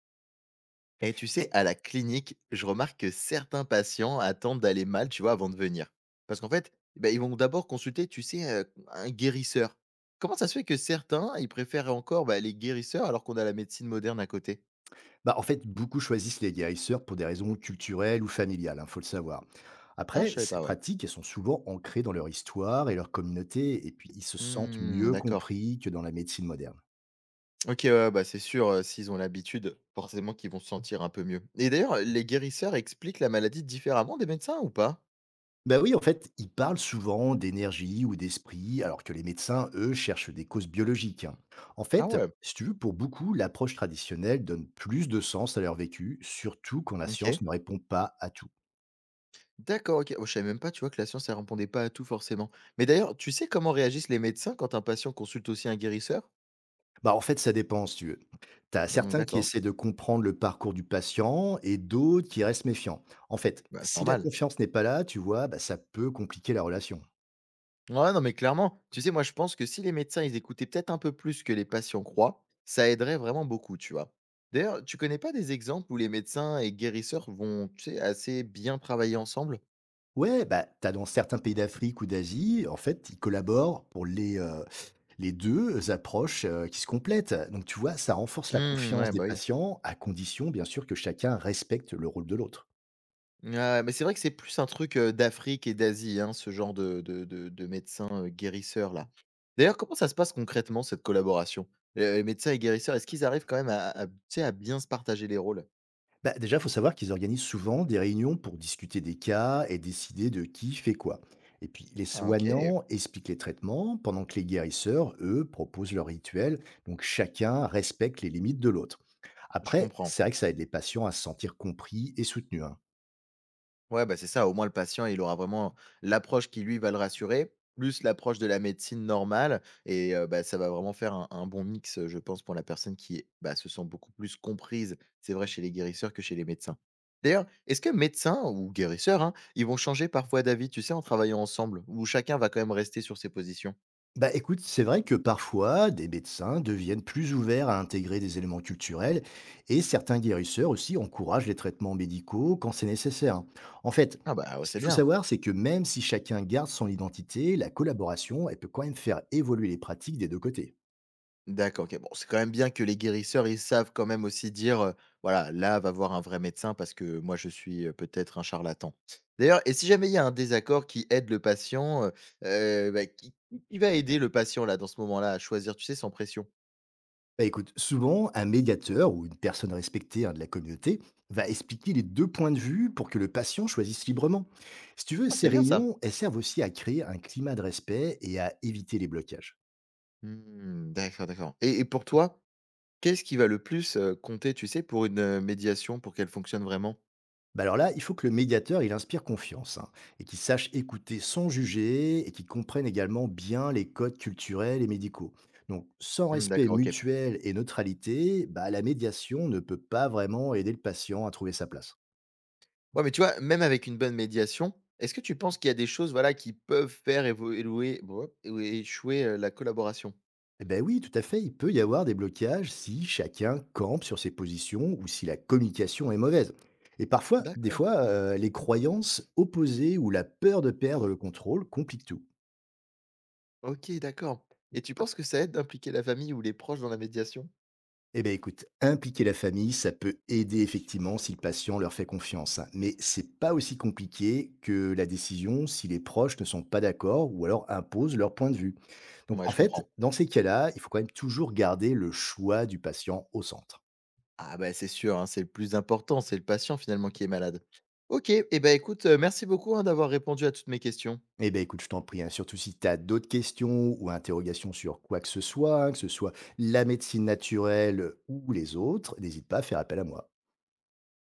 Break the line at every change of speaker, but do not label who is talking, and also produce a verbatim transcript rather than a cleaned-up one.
Et tu sais,
Et
à la clinique, je remarque que certains patients attendent d'aller mal, tu vois, avant de venir. Parce qu'en fait, ben, ils vont d'abord consulter, tu sais, euh, un guérisseur. Comment ça se fait que certains, ils préfèrent encore bah, les guérisseurs alors qu'on a la médecine moderne à côté?
bah, en fait, beaucoup choisissent les guérisseurs pour des raisons culturelles ou familiales, il faut le savoir.
Ah, je
Après,
savais
ces
pas, ouais.
pratiques, elles sont souvent ancrées dans leur histoire et leur communauté, et puis ils se sentent
Hmm,
mieux
d'accord.
compris que dans la médecine moderne.
Ok, ouais, ouais, bah c'est sûr, euh, s'ils ont l'habitude, forcément qu'ils vont se sentir un peu mieux. Et d'ailleurs, les guérisseurs expliquent la maladie différemment des médecins ou pas?
Bah oui, en fait, ils parlent souvent d'énergie ou d'esprit, alors que les médecins, eux, cherchent des causes biologiques, hein. En
Ah
fait,
ouais,
si tu veux, pour beaucoup, l'approche traditionnelle donne plus de sens à leur vécu, surtout quand la science
ok.
ne répond pas à tout.
D'accord, OK. Oh, je savais même pas, tu vois, que la science, elle répondait pas à tout forcément. Mais d'ailleurs, tu sais comment réagissent les médecins quand un patient consulte aussi un guérisseur?
Bah, en fait, ça dépend, si tu veux. Tu as
Mmh,
certains qui
d'accord.
essaient de comprendre le parcours du patient et d'autres qui restent méfiants. En fait,
Bah, c'est
si la
normal.
confiance n'est pas là, tu vois, bah, ça peut compliquer la relation.
Ouais, non, mais clairement. Tu sais, moi, je pense que si les médecins, ils écoutaient peut-être un peu plus que les patients croient, ça aiderait vraiment beaucoup, tu vois. D'ailleurs, tu connais pas des exemples où les médecins et guérisseurs vont, tu sais, assez bien travailler ensemble?
Ouais, bah, tu as dans certains pays d'Afrique ou d'Asie, en fait, ils collaborent pour les, euh, les deux approches euh, qui se complètent. Donc, tu vois, ça renforce la
Mmh,
confiance
ouais,
des
boy.
patients à condition, bien sûr, que chacun respecte le rôle de l'autre.
Ouais, ouais, mais c'est vrai que c'est plus un truc, heu, d'Afrique et d'Asie, hein, ce genre de de de de médecins, heu, guérisseurs là. D'ailleurs, comment ça se passe concrètement cette collaboration? Heu, les médecins et guérisseurs, est-ce qu'ils arrivent quand même à à tu sais, à bien se partager les rôles?
Bah, déjà, il faut savoir qu'ils organisent souvent des réunions pour discuter des cas et décider de qui fait quoi. Et puis, les
Ah OK,
soignants expliquent les traitements, pendant que les guérisseurs, eux, proposent leurs rituels. Donc, chacun respecte les limites de l'autre.
je
Après,
comprends.
c'est vrai que ça aide les patients à se sentir compris et soutenus, hein.
Ouais, bah, c'est ça. Au moins, le patient, il aura vraiment l'approche qui, lui, va le rassurer, plus l'approche de la médecine normale. Et heu, bah, ça va vraiment faire un un bon mix, heu, je pense, pour la personne qui, bah, se sent beaucoup plus comprise. C'est vrai chez les guérisseurs que chez les médecins. D'ailleurs, est-ce que médecins ou guérisseurs, hein, ils vont changer parfois d'avis, tu sais, en travaillant ensemble? Ou chacun va quand même rester sur ses positions?
Bah écoute, c'est vrai que parfois, des médecins deviennent plus ouverts à intégrer des éléments culturels et certains guérisseurs aussi encouragent les traitements médicaux quand c'est nécessaire, hein. En fait,
Ah bah, ouais,
ce
c'est
qu'il faut
bien.
savoir, c'est que même si chacun garde son identité, la collaboration, elle peut quand même faire évoluer les pratiques des deux côtés.
D'accord, OK. Bon, c'est quand même bien que les guérisseurs, ils savent quand même aussi dire, heu: «Voilà, là, va voir un vrai médecin parce que moi, je suis, heu, peut-être un charlatan». D'ailleurs et si jamais il y a un désaccord qui aide le patient, heu heu, bah, qui qui va aider le patient, là, dans ce moment-là, à choisir, tu sais, sans pression?
Bah écoute, souvent, un médiateur ou une personne respectée, hein, de la communauté va expliquer les deux points de vue pour que le patient choisisse librement. Si tu veux,
Ah,
ces
c'est bien ça.
réunions, elles servent aussi à créer un climat de respect et à éviter les blocages.
Mmh, d'accord, d'accord et et pour toi, qu'est-ce qui va le plus, heu, compter, tu sais, pour une, heu, médiation, pour qu'elle fonctionne vraiment?
Bah alors là, il faut que le médiateur, il inspire confiance, hein, et qu'il sache écouter sans juger et qu'il comprenne également bien les codes culturels et médicaux. Donc, sans
Mmh,
respect
d'accord, OK.
mutuel et neutralité, bah, la médiation ne peut pas vraiment aider le patient à trouver sa place.
Ouais, mais tu vois, même avec une bonne médiation, est-ce que tu penses qu'il y a des choses, voilà, qui peuvent faire évo élouer bo ou échouer, heu, la collaboration?
Eh ben oui, tout à fait, il peut y avoir des blocages si chacun campe sur ses positions ou si la communication est mauvaise. Et parfois, des
D'accord.
fois, euh, les croyances opposées ou la peur de perdre le contrôle compliquent tout.
OK, d'accord et tu penses que ça aide d'impliquer la famille ou les proches dans la médiation?
Eh bien, écoute, impliquer la famille, ça peut aider effectivement si le patient leur fait confiance, hein. Mais c'est pas aussi compliqué que la décision si les proches ne sont pas d'accord ou alors imposent leur point de vue. Donc,
Ouais,
en
je
fait,
comprends.
dans ces cas-là, il faut quand même toujours garder le choix du patient au centre.
Ah bah, c'est sûr, hein, c'est le plus important, c'est le patient finalement qui est malade. OK et ben écoute, heu, merci beaucoup, hein, d'avoir répondu à toutes mes questions.
Eh bien, écoute, je t'en prie, hein, surtout si tu as d'autres questions ou interrogations sur quoi que ce soit, hein, que ce soit la médecine naturelle ou les autres, n'hésite pas à faire appel à moi.